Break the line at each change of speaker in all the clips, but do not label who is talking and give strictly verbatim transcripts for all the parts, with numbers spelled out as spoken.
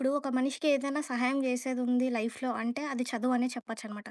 ఇప్పుడు ఒక మనిషికి ఏదైనా సహాయం చేసేది ఉంది లైఫ్‌లో అంటే అది చదువు అనే చెప్పొచ్చనమాట.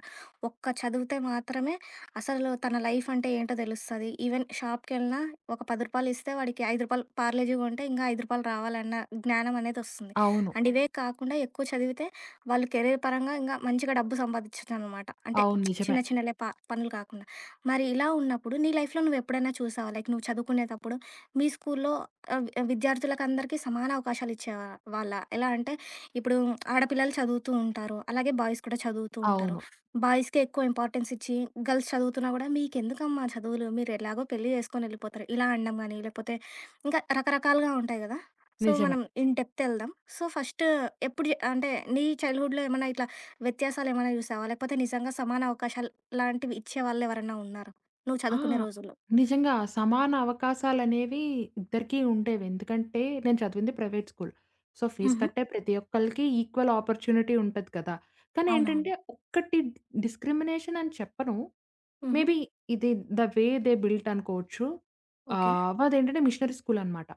ఒక్క చదివితే మాత్రమే అసలు తన లైఫ్ అంటే ఏంటో తెలుస్తది. ఈవెన్ షాప్‌కెళ్ళినా ఒక రూ. పది ఇస్తే వాడికి రూ. ఐదు పార్లేజీ కొంటే ఇంకా రూ. ఐదు రావాలన్న జ్ఞానం అనేదొస్తుంది.
అవును.
అండ్ ఇవే కాకుండా ఎక్కువ చదివితే వాళ్ళు కెరీర్ పరంగా ఇంకా మంచిగా డబ్బు సంపాదించొచ్చనమాట. అంటే
అవును. నిజమే.
చిన్న చిన్నలే ప పనులు కాకుండా. మరి ఇలా ఉన్నప్పుడు నీ లైఫ్‌లో నువ్వెప్పుడైనా చూసావా? లైక్ నువ్వు చదువుకునేటప్పుడు మీ స్కూల్లో ఆహ్, విద్యార్థులకందరికీ సమాన అవకాశాలు ఇచ్చేవాళ్ళా? ఎలా అంటే ఇప్పుడు ఆడపిల్లలు చదువుతూ ఉంటారు. అలాగే బాయ్స్ కూడా చదువుతూ ఉంటారు.
అవును.
బాయ్స్‌కే ఎక్కువ ఇంపార్టెన్స్ ఇచ్చి గర్ల్స్ చదువుతున్నా గూడా మీకెందుకమ్మా చదువులు మీరెలాగో పెళ్లి చేసుకొని ఎళ్ళిపోతారు. ఇలా అనడం గానీ, లేకపోతే ఇంకా రకరకాలుగా ఉంటాయి గదా! సో,
నిజమే.
మనం ఇన్ డెప్త్ ఎళ్దాం. సో, ఫస్ట్ ఎప్పుడు జె అంటే నీ చైల్డ్‌హుడ్‌లో ఏమన్నా ఇట్లా వ్యత్యాసాలేమన్నా చూసావా? లేకపోతే నిజంగా సమాన అవకాశాలు లాంటివి ఇచ్చేవాళ్ళు ఎవరన్నా ఉన్నారా? నువ్వు
ఆ!
చదువుకునే రోజుల్లో?
నిజంగా సమాన అవకాశాలనేవి ఇద్దరికీ ఉండేవి. ఎందుకంటే నేను చదివింది ప్రైవేట్ స్కూల్. సో, ఫీజు
హుహు.
కట్టే ప్రతి ఒక్కళ్ళకి ఈక్వల్ ఆపర్చునిటీ ఉంటది కదా! కానీ
అవునవును.
ఏంటంటే ఒక్కటి డిస్క్రిమినేషన్ అని చెప్పను.
హుహు.
మేబీ ఇది ద వే దే బిల్ట్ అనుకోవచ్చు.
ఓకే.
ఆహ్, అదేంటంటే మిషనరీ స్కూల్ అనమాట.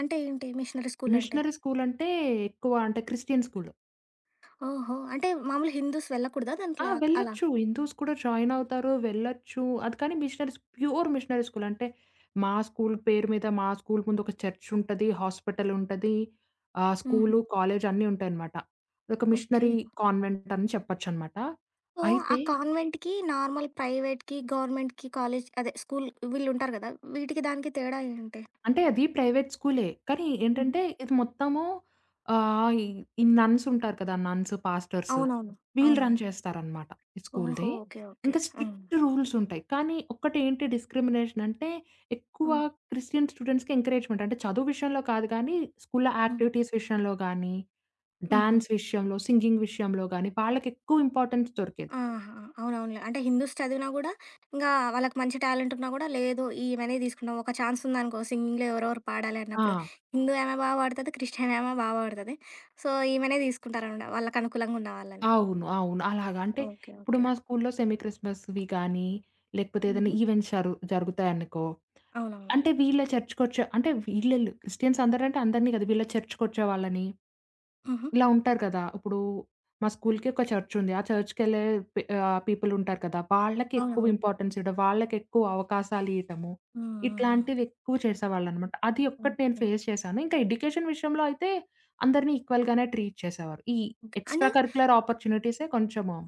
అంటే ఏంటి మిషనరీ స్కూలంటే?
మిషనరీ స్కూల్ అంటే ఎక్కువ అంటే క్రిస్టియన్ స్కూల్.
ఓహో! అంటే మామూలు హిందూస్ వెళ్ళకూడదా
ఆ!
దాంట్లో? అలా?
వెళ్ళొచ్చు. హిందూస్ కూడా జాయిన్ అవుతారు. వెళ్ళొచ్చు. అది కానీ మిషనరీస్ ప్యూర్ మిషనరీ స్కూల్. అంటే మా స్కూల్ పేరు మీద మా స్కూల్ ముందు ఒక చర్చ్ ఉంటది. హాస్పిటల్ ఉంటది. ఆహ్,
హుహు.
స్కూలు, కాలేజ్ అన్నీ ఉంటాయన్నమాట. అదొక
ఓకే.
మిషనరీ కాన్వెంట్ అని చెప్పొచ్చన్నమాట.
సో, ఆ
అయితే
కాన్వెంట్‌కి, నార్మల్ ప్రైవేట్‌కి, గవర్నమెంట్‌కి కాలేజ్ అదే స్కూల్ వీళ్ళుంటారు గదా! వీటికి దానికి తేడా ఏంటి?
అంటే అది ప్రైవేట్ స్కూలే. కానీ
హుహు.
ఏంటంటే ఇది మొత్తము ఆహ్, ఈ ఈ నన్స్ ఉంటారు కదా! నన్స్, పాస్టర్స్
అవునవును.
వీళ్ళు రన్
అవునవును.
చేస్తారనమాట ఈ స్కూల్‌ని.
ఓహో! ఓకే. ఓకే.
ఇంకా
హ్మ్.
స్ట్రిక్ట్ రూల్స్ ఉంటాయి. కానీ ఒక్కటేంటి డిస్క్రిమినేషన్ అంటే ఎక్కువ
హ్మ్.
క్రిస్టియన్ స్టూడెంట్స్‌కి ఎంకరేజ్‌మెంట్. అంటే చదువు విషయంలో కాదు కానీ స్కూల్‌లో
హ్మ్.
యాక్టివిటీస్ విషయంలో గానీ,
హుహు.
డాన్స్ విషయంలో, సింగింగ్ విషయంలో గానీ వాళ్ళకెక్కువ ఇంపార్టెన్స్ దొరికేది.
ఆహా! అవునవునులే. అంటే హిందూస్ చదివినా గూడా, ఇంగా వాళ్ళకి మంచి టాలెంట్ ఉన్నా గూడా, లేదు ఈమెనే తీసుకుందాం. ఒక ఛాన్స్ ఉందనుకో సింగింగ్‌లో ఎవరెవరు పాడాలి అన్నప్పుడు.
ఆ!
హిందూ ఆమె బా పాడుతది, క్రిస్టియన్ ఆమె బా పాడుతది. సో, ఈమెనే తీసుకుంటారనమాట వాళ్ళకి అనుకూలంగా ఉన్న వాళ్ళని.
అవును. అవును. అలాగా. అంటే
ఓకే.
ఇప్పుడు
ఓకే.
మా స్కూల్లో సెమీ క్రిస్మస్‌వి గానీ, లేకపోతే ఏదైనా
హుహు.
ఈవెంట్స్ జరు జరుగుతాయనుకో,
అవునవును.
అంటే వీళ్ళ చర్చ్‌కొచ్చే అంటే వీళ్ళీళ్ళు క్రిస్టియన్స్ అందరంటే అందరిని కాదు. వీళ్ళ చర్చ్‌కొచ్చే వాళ్ళని
హుహు.
ఇలా ఉంటారు కదా! ఇప్పుడు మా స్కూల్‌కి ఒక చర్చ్ ఉంది. ఆ చర్చ్‌కెళ్ళే పి ఆహ్, పీపుల్ ఉంటారు కదా! వాళ్ళకి ఎక్కువ
అవునవును.
ఇంపార్టెన్స్ ఇవ్వడం, వాళ్ళకెక్కువ అవకాశాలు ఇయ్యటము,
హ్మ్. హ్మ్. హ్మ్.
ఇట్లాంటివి ఎక్కువ చేసేవాళ్ళనమాట. అది ఒక్కటి నేను
ఓకే.
ఫేస్ చేశాను. ఇంకా ఎడ్యుకేషన్ విషయంలో అయితే అందరిని ఈక్వల్‌గానే ట్రీట్ చేసేవారు. ఈ
ఇంకా అండ్
ఎక్స్‌ట్రా కరిక్యులర్ ఆపర్చునిటీసే కొంచెము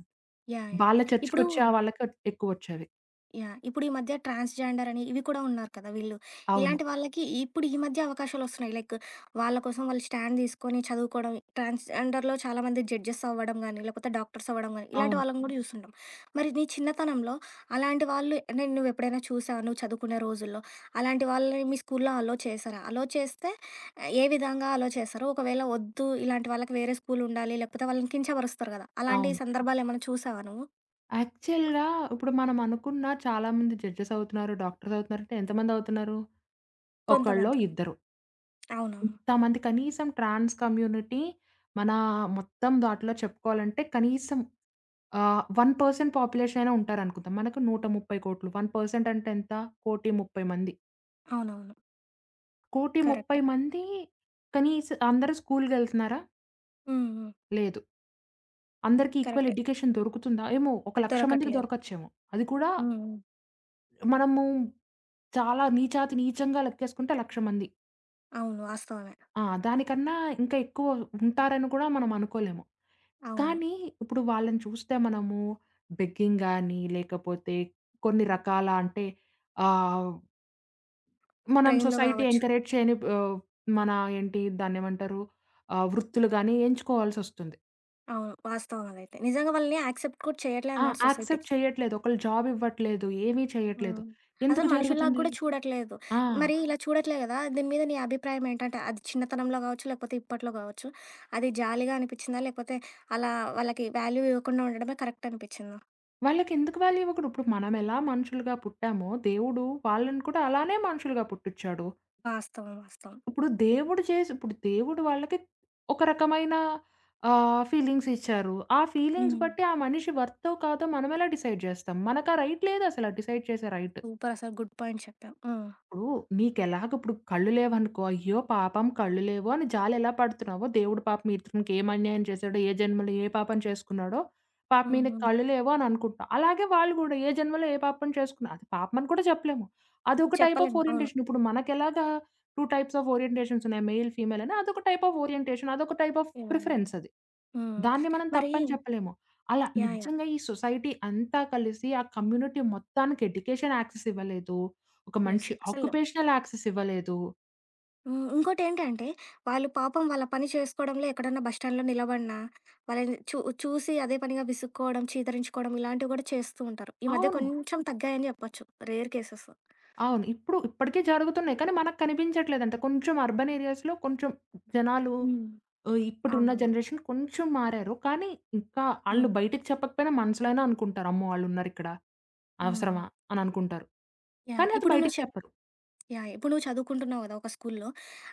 యాహ్! యాహ్!
వాళ్ళ
ఇప్పుడు
చర్చ్‌కొచ్చే ఆ వాళ్ళకే ఎక్కువొచ్చేవి.
యాహ్! ఇప్పుడు ఈ మధ్య ట్రాన్స్‌జెండర్ అని ఇవి కూడా ఉన్నారు కదా! వీళ్ళు.
అవును.
ఇలాంటి వాళ్ళకి ఇప్పుడు ఈ మధ్య అవకాశాలొస్తున్నాయి. లైక్ వాళ్ళ కోసం వాళ్ళు స్టాండ్ తీసుకొని చదువుకోవడం. ట్రాన్స్‌జెండర్‌లో చాలామంది జడ్జెస్ అవ్వడం గానీ, లేకపోతే డాక్టర్స్ అవ్వడం గానీ, ఇలాంటి
అవును.
వాళ్ళని కూడా చూస్తుంటాం. మరి నీ చిన్నతనంలో అలాంటి వాళ్ళు నేను నువ్వెప్పుడైనా చూసావా? నువ్వు చదువుకునే రోజుల్లో? అలాంటి వాళ్ళని మీ స్కూల్లో అలో చేశారా? అలో చేస్తే ఆ, ఏ విధంగా అలో చేశారు? ఒకవేళ వద్దు ఇలాంటి వాళ్ళకి వేరే స్కూల్ ఉండాలి, లేకపోతే వాళ్ళని కించపరుస్తారు కదా! అలాంటి
అవును.
సందర్భాలేమైనా చూసావా నువ్వు?
యాక్చువల్‌గా ఇప్పుడు మనం అనుకున్న చాలా మంది జడ్జెస్ అవుతున్నారు, డాక్టర్స్ అవుతున్నారు అంటే ఎంతమంది అవుతున్నారు? ఒకళ్ళో,
కొంతమంది.
ఇద్దరు.
అవునవును.
ఇంతమంది కనీసం ట్రాన్స్ కమ్యూనిటీ మన మొత్తం దాంట్లో చెప్పుకోవాలంటే కనీసం ఆహ్, ఒక శాతం పాపులేషన్ అయినా ఉంటారనుకుందాం. మనకు నూట ముప్పై,సున్నా సున్నా,సున్నా సున్నా సున్నా సున్నా సున్నా. ఒక శాతం అంటే ఎంత? ఒకటి,ముప్పై,సున్నా సున్నా,సున్నా సున్నా సున్నా సున్నా సున్నా మంది.
అవునవును. కరెక్టే.
ఒకటి,ముప్పై,సున్నా సున్నా,సున్నా సున్నా సున్నా సున్నా సున్నా మంది కనీసం అందరూ స్కూల్‌కెళ్తున్నారా?
హ్మ్. హ్మ్.
లేదు. అందరికీ ఈక్వల్
కరెక్టే.
ఎడ్యుకేషన్ దొరుకుతుందా? ఏమో ఒక ఒకటి,సున్నా సున్నా సున్నా సున్నా సున్నా మందికి
దొరకట్లేదు.
దొరకచ్చేమో. అది కూడా
హ్మ్. హ్మ్.
మనము చాలా నీచాతి నీచంగా లెక్కేసుకుంటే ఒకటి,సున్నా సున్నా సున్నా సున్నా సున్నా మంది.
అవును. వాస్తవమే.
ఆ! దానికన్నా ఇంకా ఎక్కువ ఉంటారని కూడా మనం అనుకోలేము.
అవును.
కానీ ఇప్పుడు వాళ్ళని చూస్తే మనము బెగ్గింగ్ గాని, లేకపోతే కొన్ని రకాల అంటే ఆహ్, మనం
ట్రైన్‌లో
సొసైటీ
గావచ్చు.
ఎంకరేజ్ చేయని ఆహ్, మన ఏంటి దాన్నేమంటారు? ఆహ్, వృత్తులు గాని ఎంచుకోవాల్సొస్తుంది.
అవును. వాస్తవం అదైతే. నిజంగా వాళ్ళని యాక్సెప్ట్ కూడా
ఆ!
చేయట్లేదనమాట సొసైటీ.
యాక్సెప్ట్ చేయట్లేదు. ఒకళ్ళు జాబ్ ఇవ్వట్లేదు. ఏమీ చేయట్లేదు.
హ్మ్.
ఎందుకు
అసలు మనుషుల్లాగా
జరుగుతుంది?
గూడా చూడట్లేదు.
ఆ!
మరి ఇలా చూడట్లే గదా! దీని మీద నీ అభిప్రాయం ఏంటంటే, అది చిన్నతనంలో గావచ్చు, లేకపోతే ఇప్పట్లో గావచ్చు, అది జాలిగా అనిపిచ్చిందా? లేకపోతే అలా వాళ్ళకి వాల్యూ ఇవ్వకుండా ఉండడమే కరెక్ట్ అనిపిచ్చిందా?
వాళ్ళకెందుకు వాల్యూ ఇవ్వకూడదు? ఇప్పుడు మనమెలా మనుషులుగా పుట్టామో, దేవుడు వాళ్ళని కూడా అలానే మనుషులుగా పుట్టిచ్చాడు.
వాస్తవం. వాస్తవం.
ఇప్పుడు దేవుడు చేసి ఇప్పుడు దేవుడు వాళ్ళకి ఒక రకమైన ఆహ్, ఫీలింగ్స్ ఇచ్చారు. ఆ ఫీలింగ్స్
హ్మ్.
బట్టి ఆ మనిషి వర్తో కాదో మనమెలా డిసైడ్ జేస్తాం? మనకా రైట్ లేదసల డిసైడ్ చేసే రైట్.
సూపర్ అసలు గుడ్ పాయింట్ చెప్పావు. హ్మ్.
ఇప్పుడు నీకెలాగ ఇప్పుడు కళ్ళు లేవనుకో, అయ్యో! పాపం కళ్ళు లేవు అని జాలెలా పడుతున్నావో, దేవుడు పాపం ఇతనికి ఏం అన్యాయం చేశాడో, ఏ జన్మలో ఏ పాపం చేసుకున్నాడో, పాపం
హ్మ్.
ఈయనకి
హ్మ్.
కళ్ళు లేవు అని అనుకుంటాం. అలాగే వాళ్ళు గూడా ఏ జన్మలో ఏ పాపం చేసుకున్నా అది పాపం అని కూడా చెప్పలేము. అదొక టైప్ ఆఫ్
చెప్పలేము. అవును.
ఓరియంటేషన్. ఇప్పుడు మనకెలాగా రెండు టైప్స్ ఆఫ్ ఓరియంటేషన్స్ ఉన్నాయి. మెయిల్, ఫీమేల్ అని. అదొక టైప్ ఆఫ్ ఓరియంటేషన్. అదొక టైప్ ఆఫ్
యాహ్!
ప్రిఫరెన్స్ అది.
హ్మ్.
దాన్ని మనం
మరి
తప్పని చెప్పలేము. అలా
యాహ్! యాహ్!
నిజంగా ఈ సొసైటీ అంతా కలిసి, ఆ కమ్యూనిటీ మొత్తానికి ఎడ్యుకేషన్ యాక్సెస్ ఇవ్వలేదు. ఒక
యెస్.
మంచి
అసలు
ఆక్యుపేషనల్ యాక్సెస్ ఇవ్వలేదు.
హ్మ్. ఇంకోటేంటంటే, వాళ్ళు పాపం వాళ్ళ పని చేసుకోవడంలో ఎక్కడన్నా బస్ స్టాండ్‌లో నిలబడినా, వాళ్ళని చూ చూసి అదే పనిగా విసుక్కోవడం, చీదరించుకోవడం ఇలాంటివి కూడా చేస్తూ ఉంటారు. ఈ మధ్య
అవును.
కొంచెం తగ్గాయని చెప్పొచ్చు. Rare cases.
అవును. ఇప్పుడు ఇప్పటికి జరుగుతున్నాయి. కానీ మనకు కనిపించట్లేదంట. కొంచెం అర్బన్ ఏరియాస్‌లో కొంచెం జనాలు
హ్మ్.
ఆహ్, ఇప్పుడున్న
అవునవును.
జనరేషన్ కొంచెం మారారు. కానీ ఇంకా ఆళ్ళు
హ్మ్.
బయటికి చెప్పకపోయినా మనసులోనే అనుకుంటారు. అమ్మో! ఆళ్ళున్నారిక్కడ.
హ్మ్.
అవసరమా? అని అనుకుంటారు.
యాహ్!
కానీ అది
ఇప్పుడు
బయటికి
నువ్వు
చెప్పరు.
యాహ్! ఇప్పుడు నువ్వు చదువుకుంటున్నావు కదా! ఒక స్కూల్లో.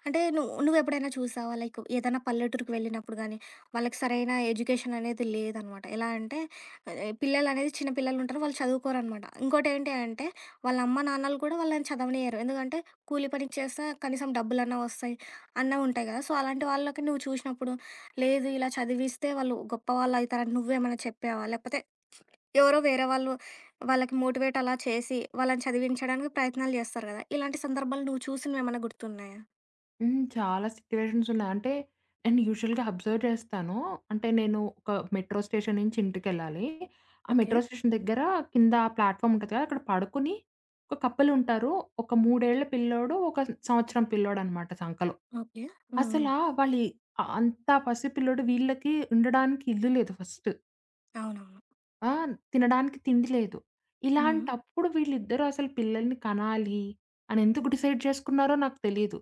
అంటే నువ్వు నువ్వెప్పుడైనా చూసావా? లైక్ ఏదైనా పల్లెటూరుకి వెళ్ళినప్పుడు గానీ, వాళ్ళకి సరైన ఎడ్యుకేషన్ అనేది లేదనమాట. ఎలా అంటే ఆహ్, పిల్లలనేది చిన్న పిల్లలుంటారు. వాళ్ళు చదువుకోరనమాట. ఇంకోటేంటి అంటే వాళ్ళ అమ్మ, నాన్నలు కూడా వాళ్ళని చదవనియ్యరు. ఎందుకంటే కూలి పనికి చేస్తే కనీసం డబ్బులన్నా వస్తాయి అన్నా ఉంటాయి కదా! సో, అలాంటి వాళ్ళకి నువ్వు చూసినప్పుడు లేదు ఇలా చదివిస్తే వాళ్ళు గొప్పవాళ్ళవుతారని నువ్వేమైనా చెప్పావా? లేకపోతే ఎవరో వేరే వాళ్ళు వాళ్ళకి మోటివేట్ అలా చేసి, వాళ్ళని చదివించడానికి ప్రయత్నాలు జేస్తారు గదా! ఇలాంటి సందర్భాలు నువ్వు చూసినవేమన్నా గుర్తున్నాయా?
హ్మ్. చాలా సిట్యుయేషన్స్ ఉన్నాయి. అంటే నేను యూజువల్‌గా అబ్జర్వ్ చేస్తాను. అంటే నేను ఒక మెట్రో స్టేషన్ నుంచి ఇంటికెళ్ళాలి. ఆ
ఓకే.
మెట్రో స్టేషన్ దగ్గర కింద ప్లాట్‌ఫార్మ్ ఉంటది కదా! అక్కడ పడుకొని ఒక కపుల్ ఉంటారు. ఒక మూడు ఏళ్ల పిల్లోడు, ఒక సంవత్సరం పిల్లోడనమాట సంకలో.
ఓకే. హ్మ్. హ్మ్.
అసలా వాళ్ళి ఆహ్, అంత పసిపిల్లోడు వీళ్ళకి ఉండడానికి ఇల్లు లేదు ఫస్ట్.
అవునవును.
ఆ! తినడానికి తిండి లేదు.
హ్మ్.
ఇలాంటప్పుడు వీళ్ళిద్దరూ అసలు పిల్లల్ని కనాలి అని ఎందుకు డిసైడ్ చేసుకున్నారో నాకు తెలీదు.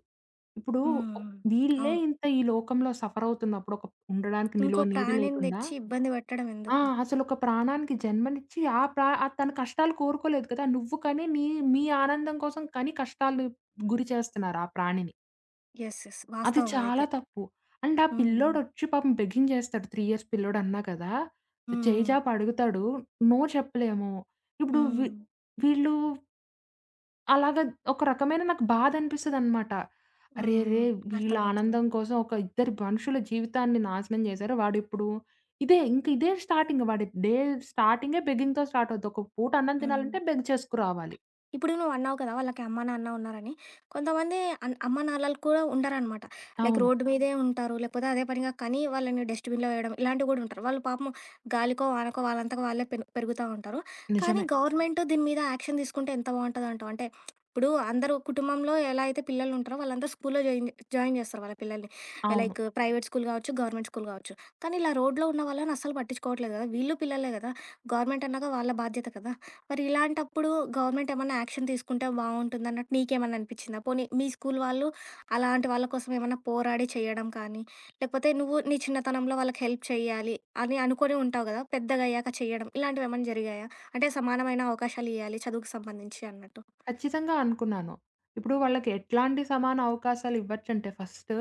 ఇప్పుడు ఒక్-
హ్మ్.
వీళ్ళే
అవును.
ఇంత ఈ లోకంలో సఫర్ అవుతున్నప్పుడు ఒక ఉండడానికి
ఇంకో
నిలువ నీడ
ప్రాణిని
లేకుండా
దెచ్చి ఇబ్బంది పెట్టడం
ఆ!
ఎందుకు?
అసలు ఒక ప్రాణానికి జన్మనిచ్చి ఆ ప్రా ఆ తన కష్టాలు కోరుకోలేదు కదా! నువ్వు కని నీ మీ ఆనందం కోసం కని కష్టాలు గురి చేస్తున్నారు ఆ ప్రాణిని.
యెస్. యెస్.
అది
వాస్తవం
చాలా
అదైతే.
తప్పు. అండ్ ఆ
హ్మ్. హ్మ్.
పిల్లోడొచ్చి పాపం బెగ్గింగ్ చేస్తాడు. మూడు ఇయర్స్ పిల్లోడు అన్నా కదా! చేయి
హ్మ్.
జాపి అడుగుతాడు. నో చెప్పలేము. ఇప్పుడు వీ
హ్మ్.
వీళ్ళు అలాగా ఒక రకమైన నాకు బాధనిపిస్తదనమాట.
హ్మ్.
అరెరే!
హ్మ్.
వీళ్ళ
అర్థమవుతుంది.
ఆనందం కోసం ఒక ఇద్దరి మనుషుల జీవితాన్ని నాశనం చేశారు. వాడిప్పుడు ఇదే ఇంక ఇదే స్టార్టింగ్ వాడి డే స్టార్టింగే బెగ్గింగ్‌తో స్టార్ట్ అవుద్ది. ఒక పూట అన్నం
హ్మ్.
తినాలంటే బెగ్ చేసుకురావాలి.
ఇప్పుడు నువ్వు అన్నావు కదా వాళ్ళకి అమ్మ, నాన్న ఉన్నారని. కొంతమంది అన్ అమ్మ, నాన్నలు కూడా ఉండరనమాట. లైక్
అవును.
రోడ్డు మీదే ఉంటారు. లేకపోతే అదే పనిగా కని వాళ్ళని డస్ట్‌బిన్‌లో వేయడం ఇలాంటివి కూడా ఉంటారు. వాళ్ళు పాపం గాలికో, వానకో వాళ్ళంతకు వాళ్ళే పెను పెరుగుతా ఉంటారు. కానీ
నిజమే.
గవర్నమెంట్ దీని మీద యాక్షన్ తీసుకుంటే ఎంత బావుంటదంటావు? అంటే ఇప్పుడు అందరూ కుటుంబంలో ఎలా అయితే పిల్లలుంటారో వాళ్ళందరూ స్కూల్‌లో జాయిన్ జాయిన్ చేస్తారు వాళ్ళ పిల్లల్ని.
అవును.
లైక్ ప్రైవేట్ స్కూల్ కావచ్చు, గవర్నమెంట్ స్కూల్ కావచ్చు. కానీ ఇలా రోడ్‌లో ఉన్న వాళ్ళని అస్సలు పట్టించుకోవట్లేదు కదా! వీళ్ళు పిల్లలే కదా! గవర్నమెంట్ అన్నాక వాళ్ళ బాధ్యత కదా! మరి ఇలాంటప్పుడు గవర్నమెంట్ ఏమన్నా యాక్షన్ తీసుకుంటే బావుంటుందన్నట్టు నీకేమన్నా అనిపిచ్చిందా? పోనీ మీ స్కూల్ వాళ్ళు అలాంటి వాళ్ళ కోసం ఏమన్నా పోరాడి చేయడం కానీ, లేకపోతే నువ్వు నీ చిన్నతనంలో వాళ్ళకి హెల్ప్ చేయాలి అని అనుకోని ఉంటావు గదా! పెద్దగయ్యాక చెయ్యడం ఇలాంటివేమన్నా జరిగాయా? అంటే సమానమైన అవకాశాలియ్యాలి చదువుకు సంబంధించి అన్నట్టు.
ఖచ్చితంగా అనుకున్నాను. ఇప్పుడు వాళ్ళకి ఎట్లాంటి సమాన అవకాశాలు ఇవ్వచ్చంటే ఫస్ట్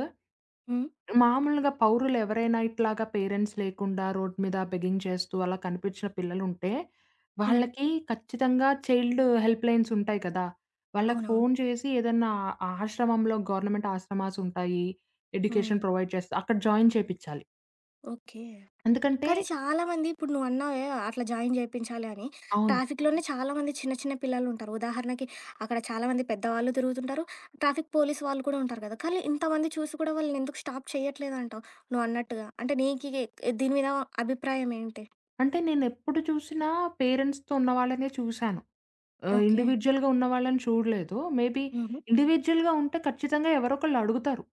హ్మ్.
మామూలుగా పౌరులెవరైనా ఇట్లాగా పేరెంట్స్ లేకుండా రోడ్ మీద బెగ్గింగ్ చేస్తూ అలా కనిపించిన పిల్లలుంటే,
హ్మ్.
వాళ్ళకి ఖచ్చితంగా చైల్డ్ హెల్ప్ లైన్స్ ఉంటాయి కదా! వాళ్ళకి
అవునవును.
ఫోను చేసి ఏదన్నా ఆ- ఆశ్రమంలో గవర్నమెంట్ ఆశ్రమాస్ ఉంటాయి.
హ్మ్.
ఎడ్యుకేషన్ ప్రొవైడ్ చేస్తా అక్కడ జాయిన్ చేపిచ్చాలి.
ఓకే.
ఎందుకంటే
కానీ చాలామంది ఇప్పుడు నువ్వన్నావే అట్లా జాయిన్ చేయించాలి అని.
అవును.
ట్రాఫిక్‌లోనే చాలామంది చిన్న చిన్న పిల్లలుంటారు. ఉదాహరణకి అక్కడ చాలామంది పెద్దవాళ్ళు తిరుగుతుంటారు. ట్రాఫిక్ పోలీస్ వాళ్ళు కూడా ఉంటారు కదా! కానీ ఇంతమంది చూసి కూడా వాళ్ళనెందుకు స్టాప్ చేయట్లేదంటావు? నువ్వన్నట్టుగా. అంటే నీకి దీని మీద అభిప్రాయం ఏంటి?
అంటే నేనెప్పుడు చూసినా పేరెంట్స్‌తో ఉన్న వాళ్ళనే చూసాను. ఆహ్,
ఓకే.
ఇండివిడ్యుయల్‌గా ఉన్న వాళ్ళని చూడలేదు. మేబీ
హుహు.
ఇండివిడ్యుయల్‌గా ఉంటే ఖచ్చితంగా ఎవరో ఒకళ్ళు అడుగుతారు.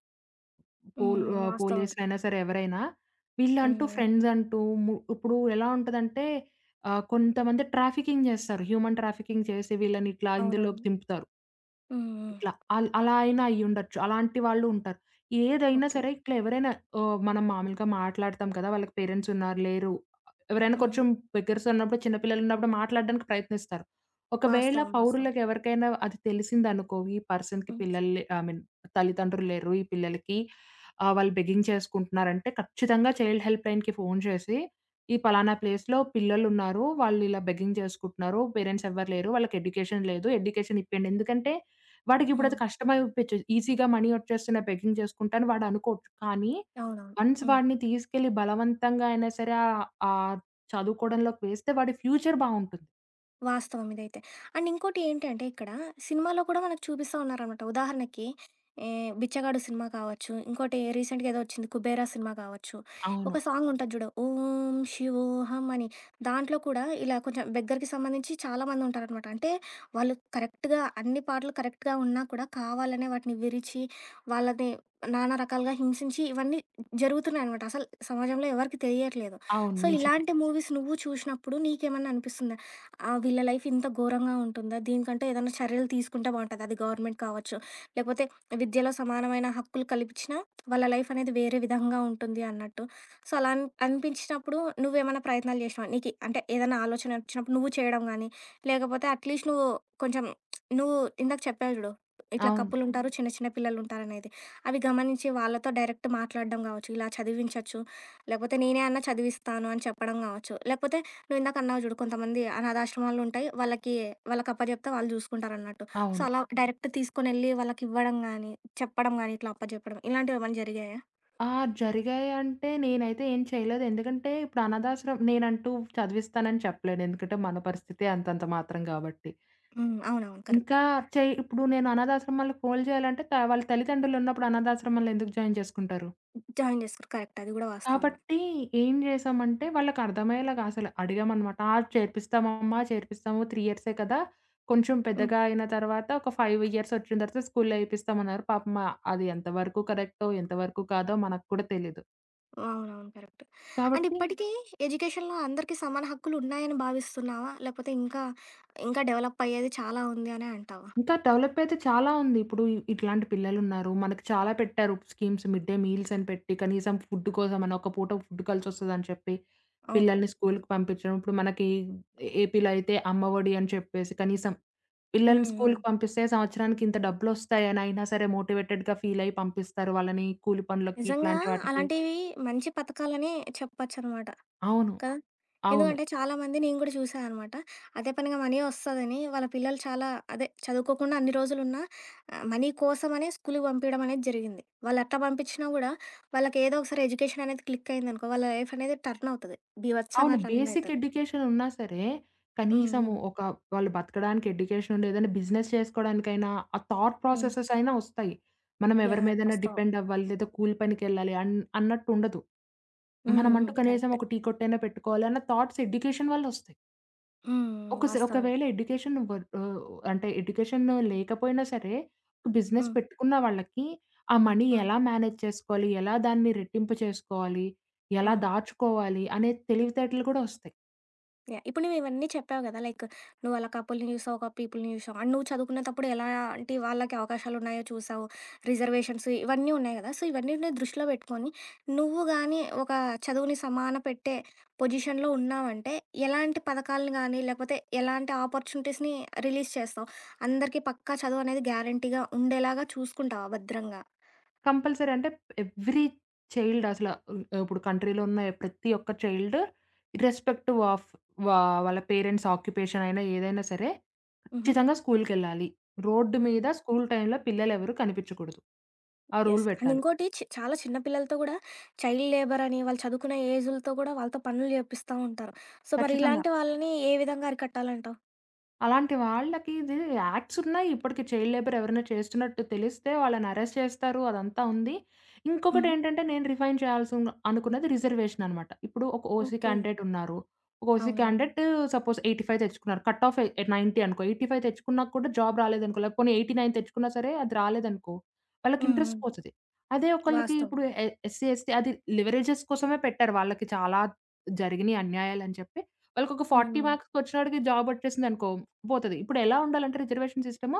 పోల్
హ్మ్.
ఆహ్,
వాస్తవం.
పోలీసులైనా సరే ఎవరైనా, వీళ్ళంటూ
హ్మ్.
ఫ్రెండ్స్ అంటూ ము ఇప్పుడు ఎలా ఉంటదంటే ఆహ్, కొంతమంది ట్రాఫికింగ్ జేస్తారు. హ్యూమన్ ట్రాఫికింగ్ చేసి వీళ్ళని ఇట్లా ఇందులోకి
అవునవును.
దింపుతారు.
హ్మ్. హ్మ్.
ఇట్లా అల్ అలా అయినా అయ్యుండొచ్చు. అలాంటి వాళ్ళు ఉంటారు. ఏదైనా
ఓకే.
సరే ఇట్లా ఎవరైనా ఆహ్, మనం మామూలుగా మాట్లాడతాం కదా! వాళ్ళకి పేరెంట్స్ ఉన్నారు, లేరు. ఎవరైనా
హ్మ్.
కొంచెం బిగ్గరస్ ఉన్నప్పుడు, చిన్న పిల్లలున్నప్పుడు మాట్లాడడానికి ప్రయత్నిస్తారు. ఒకవేళ
వాస్తవం. వాస్తవం.
పౌరులకు ఎవరికైనా అది తెలిసిందనుకో, ఈ పర్సన్‌కి
హ్మ్.
పిల్లలు లే ఐ మీన్ తల్లిదండ్రులు లేరు. ఈ పిల్లలకి ఆహ్, వాళ్ళు బెగ్గింగ్ చేసుకుంటున్నారంటే, ఖచ్చితంగా చైల్డ్ హెల్ప్ లైన్‌కి ఫోను చేసి, "ఈ పలానా ప్లేస్‌లో పిల్లలున్నారు. వాళ్ళు ఇలా బెగ్గింగ్ చేసుకుంటున్నారు. పేరెంట్స్ ఎవ్వరు లేరు. వాళ్ళకి ఎడ్యుకేషన్ లేదు. ఎడ్యుకేషన్ ఇప్పియండి." ఎందుకంటే వాడికిప్పుడు
హ్మ్.
అది కష్టమైపిచ్చ ఈజీగా మనీ ఒచ్చేస్తున్నాయి బెగ్గింగ్ చేసుకుంటే అని వాడనుకోవచ్చు. కానీ
అవునవును.
వన్స్
హ్మ్.
వాడిని తీసుకెళ్ళి బలవంతంగా అయినా సరే ఆహ్, ఆహ్, చదువుకోవడంలోకి వేస్తే వాడి ఫ్యూచర్ బావుంటుంది.
వాస్తవం ఇదైతే. అండ్ ఇంకోటి ఏంటంటే ఇక్కడ సినిమాలో కూడా మనకు చూపిస్తా ఉన్నారనమాట. ఉదాహరణకి ఏ 'బిచ్చగాడు' సినిమా కావచ్చు, ఇంకోటి రీసెంట్‌గా ఏదో వచ్చింది 'కుబేరా' సినిమా కావచ్చు. ఒక
అవును.
సాంగ్ ఉంటది చూడు 'ఓం శివోహం' అని. దాంట్లో కూడా ఇలా కొంచెం బెగ్గర్‌కి సంబంధించి చాలామంది ఉంటారనమాట. అంటే వాళ్ళు కరెక్ట్‌గా అన్ని పాటలు కరెక్ట్‌గా ఉన్నా కూడా కావాలనే వాటిని విరిచి, వాళ్ళని నానా రకాలుగా హింసించి ఇవన్నీ జరుగుతున్నాయనమాట. అసలు సమాజంలో ఎవరికీ తెలియట్లేదు.
అవును.
సో,
నిజమే.
ఇలాంటి మూవీస్ నువ్వు చూసినప్పుడు నీకేమన్నా అనిపిస్తుందా? ఆ! వీళ్ళ లైఫ్ ఇంత ఘోరంగా ఉంటుందా? దీనికంటే ఏదైనా చర్యలు తీసుకుంటే బావుంటది. అది గవర్నమెంట్ కావచ్చు, లేకపోతే విద్యలో సమానమైన హక్కులు కల్పించినా వాళ్ళ లైఫ్ అనేది వేరే విధంగా ఉంటుంది అన్నట్టు. సో, అలా అన్ అనిపించినప్పుడు నువ్వేమైనా ప్రయత్నాలు చేసినావా? నీకి అంటే ఏదైనా ఆలోచన వచ్చినప్పుడు నువ్వు చేయడం గానీ, లేకపోతే అట్‌లీస్ట్ నువ్వు కొంచెం నువ్వు ఇందాక చెప్పావు చూడు, ఇట్లా
అవును.
కపులుంటారు, చిన్న చిన్న పిల్లలుంటారనేది. అవి గమనించి వాళ్ళతో డైరెక్ట్ మాట్లాడడం గావచ్చు, ఇలా చదివించొచ్చు, లేకపోతే నేనే అన్నా చదివిస్తాను అని చెప్పడం గావచ్చు, లేకపోతే నువ్వు ఇందాక అన్నావు చూడు కొంతమంది అనాథాశ్రమాలు ఉంటాయి. వాళ్ళకి వాళ్ళకి అప్పజెప్తే వాళ్ళు చూసుకుంటారన్నట్టు. సో,
అవును.
అలా డైరెక్ట్ తీసుకొనెళ్ళి వాళ్ళకివ్వడం గానీ, చెప్పడం గానీ, ఇట్లా అప్పజెప్పడం ఇలాంటివేమన్నా జరిగాయా?
ఆ! జరిగాయంటే నేనైతే ఏం చేయలేదు. ఎందుకంటే ఇప్పుడు అనాథాశ్రమం నేనంటూ చదివిస్తానని చెప్పలేను. ఎందుకంటే మన పరిస్థితే అంతంత మాత్రం గాబట్టి.
హ్మ్. అవునవును. కరెక్ట్.
ఇంకా చెయ్ ఇప్పుడు నేను అనాథాశ్రమాల్లో పోలు చేయాలంటే త వాళ్ళ తల్లిదండ్రులున్నప్పుడు అనాథాశ్రమాల్లో ఎందుకు జాయిన్ చేసుకుంటారు?
జాయిన్ జేసుకోరు. కరెక్ట్. అది గూడా వాస్తవమే.
కాబట్టి ఏం జేశామంటే వాళ్ళకర్థమయ్యేలాగా అసలు అడిగామనమాట. "ఆ! చేర్పిస్తామమ్మా, చేర్పిస్తాము. మూడు ఇయర్సే కదా! కొంచెం
హ్మ్.
పెద్దగా అయిన తర్వాత ఒక ఐదు ఇయర్స్ వచ్చిన తర్వాత స్కూల్‌లో ఏపిస్తామన్నారు." పాపం ఆహ్, అది ఎంతవరకు కరెక్టో, ఎంతవరకు కాదో మనకు కూడా తెలీదు.
అవునవును. కరెక్ట్. అండ్
కాబట్టి
ఇప్పటికీ ఎడ్యుకేషన్‌లో అందరికీ సమాన హక్కులున్నాయని భావిస్తున్నావా? లేకపోతే ఇంకా, ఇంకా డెవలప్ అయ్యేది చాలా ఉంది అనే అంటావా?
ఇంకా డెవలప్ అయితే చాలా ఉంది. ఇప్పుడు ఇ ఇట్లాంటి పిల్లలున్నారు. మనకి చాలా పెట్టారు స్కీమ్స్. మిడ్ డే మీల్స్ అని పెట్టి, కనీసం ఫుడ్ కోసమని ఒక పూట ఫుడ్ కలిసొస్తదని చెప్పి, పిల్లల్ని
అవునవును.
స్కూలుకి పంపించడం. ఇప్పుడు మనకి ఏపీలో అయితే అమ్మ ఒడి అని చెప్పేసి, కనీసం పిల్లల్ని
హ్మ్. హ్మ్.
స్కూలుకి పంపిస్తే సంవత్సరానికి ఇంత డబ్బులొస్తాయని అయినా సరే మోటివేటెడ్‌గా ఫీలయ్యి పంపిస్తారు వాళ్ళని కూలి పనులకి,
నిజంగా
ఇట్లాంటి వాటికి.
అలాంటివి మంచి పథకాలనే చెప్పొచ్చనమాట.
అవును.
కదా!
అవును.
ఎందుకంటే చాలామంది నేను గూడా చూసా అనమాట. అదే పనిగా మనీ ఒస్తదని వాళ్ళ పిల్లలు చాలా అదే చదువుకోకుండా అన్ని రోజులున్నా ఆహ్, మనీ కోసమనే స్కూలుకి పంపియడం అనేది జరిగింది. వాళ్ళట్లా పంపించినా గూడా వాళ్ళకి ఏదో ఒకసారి ఎడ్యుకేషన్ అనేది క్లిక్ అయిందనుకో వాళ్ళ లైఫ్ అనేది టర్న్ అవుతది.
అవును.
బీభత్సంగా టర్న్
బేసిక్
అయితది.
ఎడ్యుకేషన్ ఉన్నా సరే,
హ్మ్.
కనీసము
హ్మ్.
ఒక వాళ్ళు బతకడానికి ఎడ్యుకేషన్ ఉండి, ఏదైనా బిజినెస్ చేసుకోవడానికైనా, ఆ థాట్
హ్మ్.
ప్రాసెసెస్ అయినా వస్తాయి. మనం ఎవరి
యాహ్!
మీదైనా
వాస్తవం.
డిపెండ్ అవ్వాలి, లేదా కూలి పనికెళ్ళాలి అన్ అన్నట్టు ఉండదు.
హ్మ్.
మనమంటూ
హ్మ్.
కనీసం
కరెక్ట్.
ఒక టీ కొట్టైనా పెట్టుకోవాలి అన్న థాట్స్ ఎడ్యుకేషన్ వల్ల వస్తాయి.
హ్మ్.
ఒకసే
వాస్తవం.
ఒకవేళ ఎడ్యుకేషన్ వర్ ఆహ్, అంటే ఎడ్యుకేషన్ లేకపోయినా సరే, బిజినెస్
హ్మ్.
పెట్టుకున్న వాళ్ళకి ఆ మనీ
హ్మ్.
ఎలా మేనేజ్ చేసుకోవాలి, ఎలా దాన్ని రెట్టింపు చేసుకోవాలి, ఎలా
హ్మ్.
దాచుకోవాలి అనే తెలివితేటలు కూడా వస్తాయి.
యాహ్! ఇప్పుడు నువ్వు ఇవన్నీ చెప్పావు గదా! లైక్ నువ్వు అలా కపుల్‌ని చూసావు, ఒక పీపుల్‌ని చూసావు. అండ్ నువ్వు చదువుకునేటప్పుడు ఎలాంటి వాళ్ళకి అవకాశాలున్నాయో చూసావు. రిజర్వేషన్స్ ఇవన్నీ ఉన్నాయి గదా! సో, ఇవన్నిటిని దృష్టిలో పెట్టుకొని నువ్వు గానీ ఒక చదువుని సమాన పెట్టే పొజిషన్‌లో ఉన్నావంటే, ఎలాంటి పథకాలను గానీ, లేకపోతే ఎలాంటి ఆపర్చునిటీస్‌ని రిలీజ్ చేస్తావు? అందరికీ పక్కా చదువనేది గ్యారంటీగా ఉండేలాగా చూసుకుంటావా భద్రంగా?
కంపల్సరీ అంటే ఎవ్రీ చైల్డ్ అసల హ్మ్, ఇప్పుడు కంట్రీలో ఉన్న ప్రతి ఒక్క చైల్డ్ ఇర్రెస్పెక్టివ్ ఆఫ్ వా వాళ్ళ పేరెంట్స్ ఆక్యుపేషన్ అయినా ఏదైనా సరే,
హుహు.
ఖచ్చితంగా స్కూలుకెళ్ళాలి. రోడ్డు
హ్మ్.
మీద స్కూలు టైంలో పిల్లలెవరు కనిపించకూడదు. ఆ రూల్
యెస్. అండ్
పెట్టాలి.
ఇంకోటి చి చాలా చిన్న పిల్లలతో గూడా చైల్డ్ లేబర్ అని వాళ్ళు చదువుకునే ఏజులతో గూడా వాళ్ళతో పనులు జేపిస్తా ఉంటారు. సో, మరి
ఖచ్చితంగా.
ఇలాంటి వాళ్ళని ఏ విధంగా అరికట్టాలంటావు?
అలాంటి వాళ్ళకి ఇది యాక్ట్స్ ఉన్నాయి. ఇప్పటికి చైల్డ్ లేబర్ ఎవరైనా చేస్తున్నట్టు తెలిస్తే వాళ్ళని అరెస్ట్ చేస్తారు. అదంతా ఉంది.
హుహు.
ఇంకొకటేంటంటే నేను రిఫైన్ చేయాల్సిన అనుకున్నది రిజర్వేషన్ అనమాట. ఇప్పుడు ఒక ఓసీ
ఓకే.
క్యాండిడేట్ ఉన్నారు. ఒక ఓసీ
అవునవును.
క్యాండిడేట్ సపోజ్ ఎనభై ఐదు తెచ్చుకున్నారు. కట్ ఆఫ్ ఎ తొంభై అనుకో. ఎనభై ఐదు తెచ్చుకున్నా కూడా జాబ్ రాలేదనుకో, లేకపోనీ ఎనభై తొమ్మిది తెచ్చుకున్నా సరే అది రాలేదనుకో, వాళ్ళకి
హ్మ్. హ్మ్.
ఇంట్రెస్ట్ పోతది. అదే ఒకళ్ళకి
వాస్తవం.
ఇప్పుడు ఎ ఎస్సీ, ఎస్టీ అది లివరేజెస్ కోసమే పెట్టారు. వాళ్ళకి చాలా జరిగినియి అన్యాయాలని చెప్పి. వాళ్ళకొక
హ్మ్.
నలభై
హ్మ్.
మార్క్స్‌కొచ్చినోడికి జాబ్ వచ్చేసిందనుకో పోతది. ఇప్పుడెలా ఉండాలంటే రిజర్వేషన్ సిస్టము,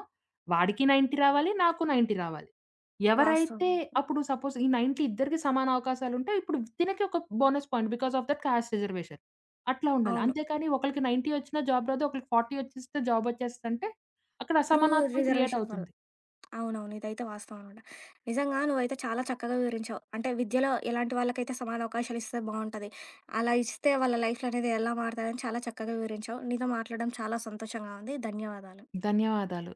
వాడికి తొంభై రావాలి, నాకు తొంభై రావాలి.
వాస్తవం.
ఎవరైతే అప్పుడు సపోజ్ ఈ తొంభై ఇద్దరికీ సమాన అవకాశాలుంటే, ఇప్పుడు తినకి ఒక bonus point because of that caste reservation. అట్లా ఉండాలి.
అవును.
అంతేకాని ఒకళ్ళకి తొంభై వచ్చినా జాబ్ రాదు, ఒకళ్ళకి నలభై వచ్చేస్తే జాబ్ వచ్చేస్తదంటే, అక్కడ
త్రూ
అసమానత్వం క్రియేట్
రిజర్వేషన్ వల్ల.
అవుతుంది.
అవునవును. ఇదైతే వాస్తవం అనమాట. నిజంగా నువ్వైతే చాలా చక్కగా వివరించావు. అంటే విద్యలో ఎలాంటి వాళ్ళకైతే సమాన అవకాశాలు ఇస్తే బావుంటది. అలా ఇస్తే వాళ్ళ లైఫ్‌లనేది ఎలా మారుతదని చాలా చక్కగా వివరించావు. నీతో మాట్లాడడం చాలా సంతోషంగా ఉంది. ధన్యవాదాలు.
ధన్యవాదాలు.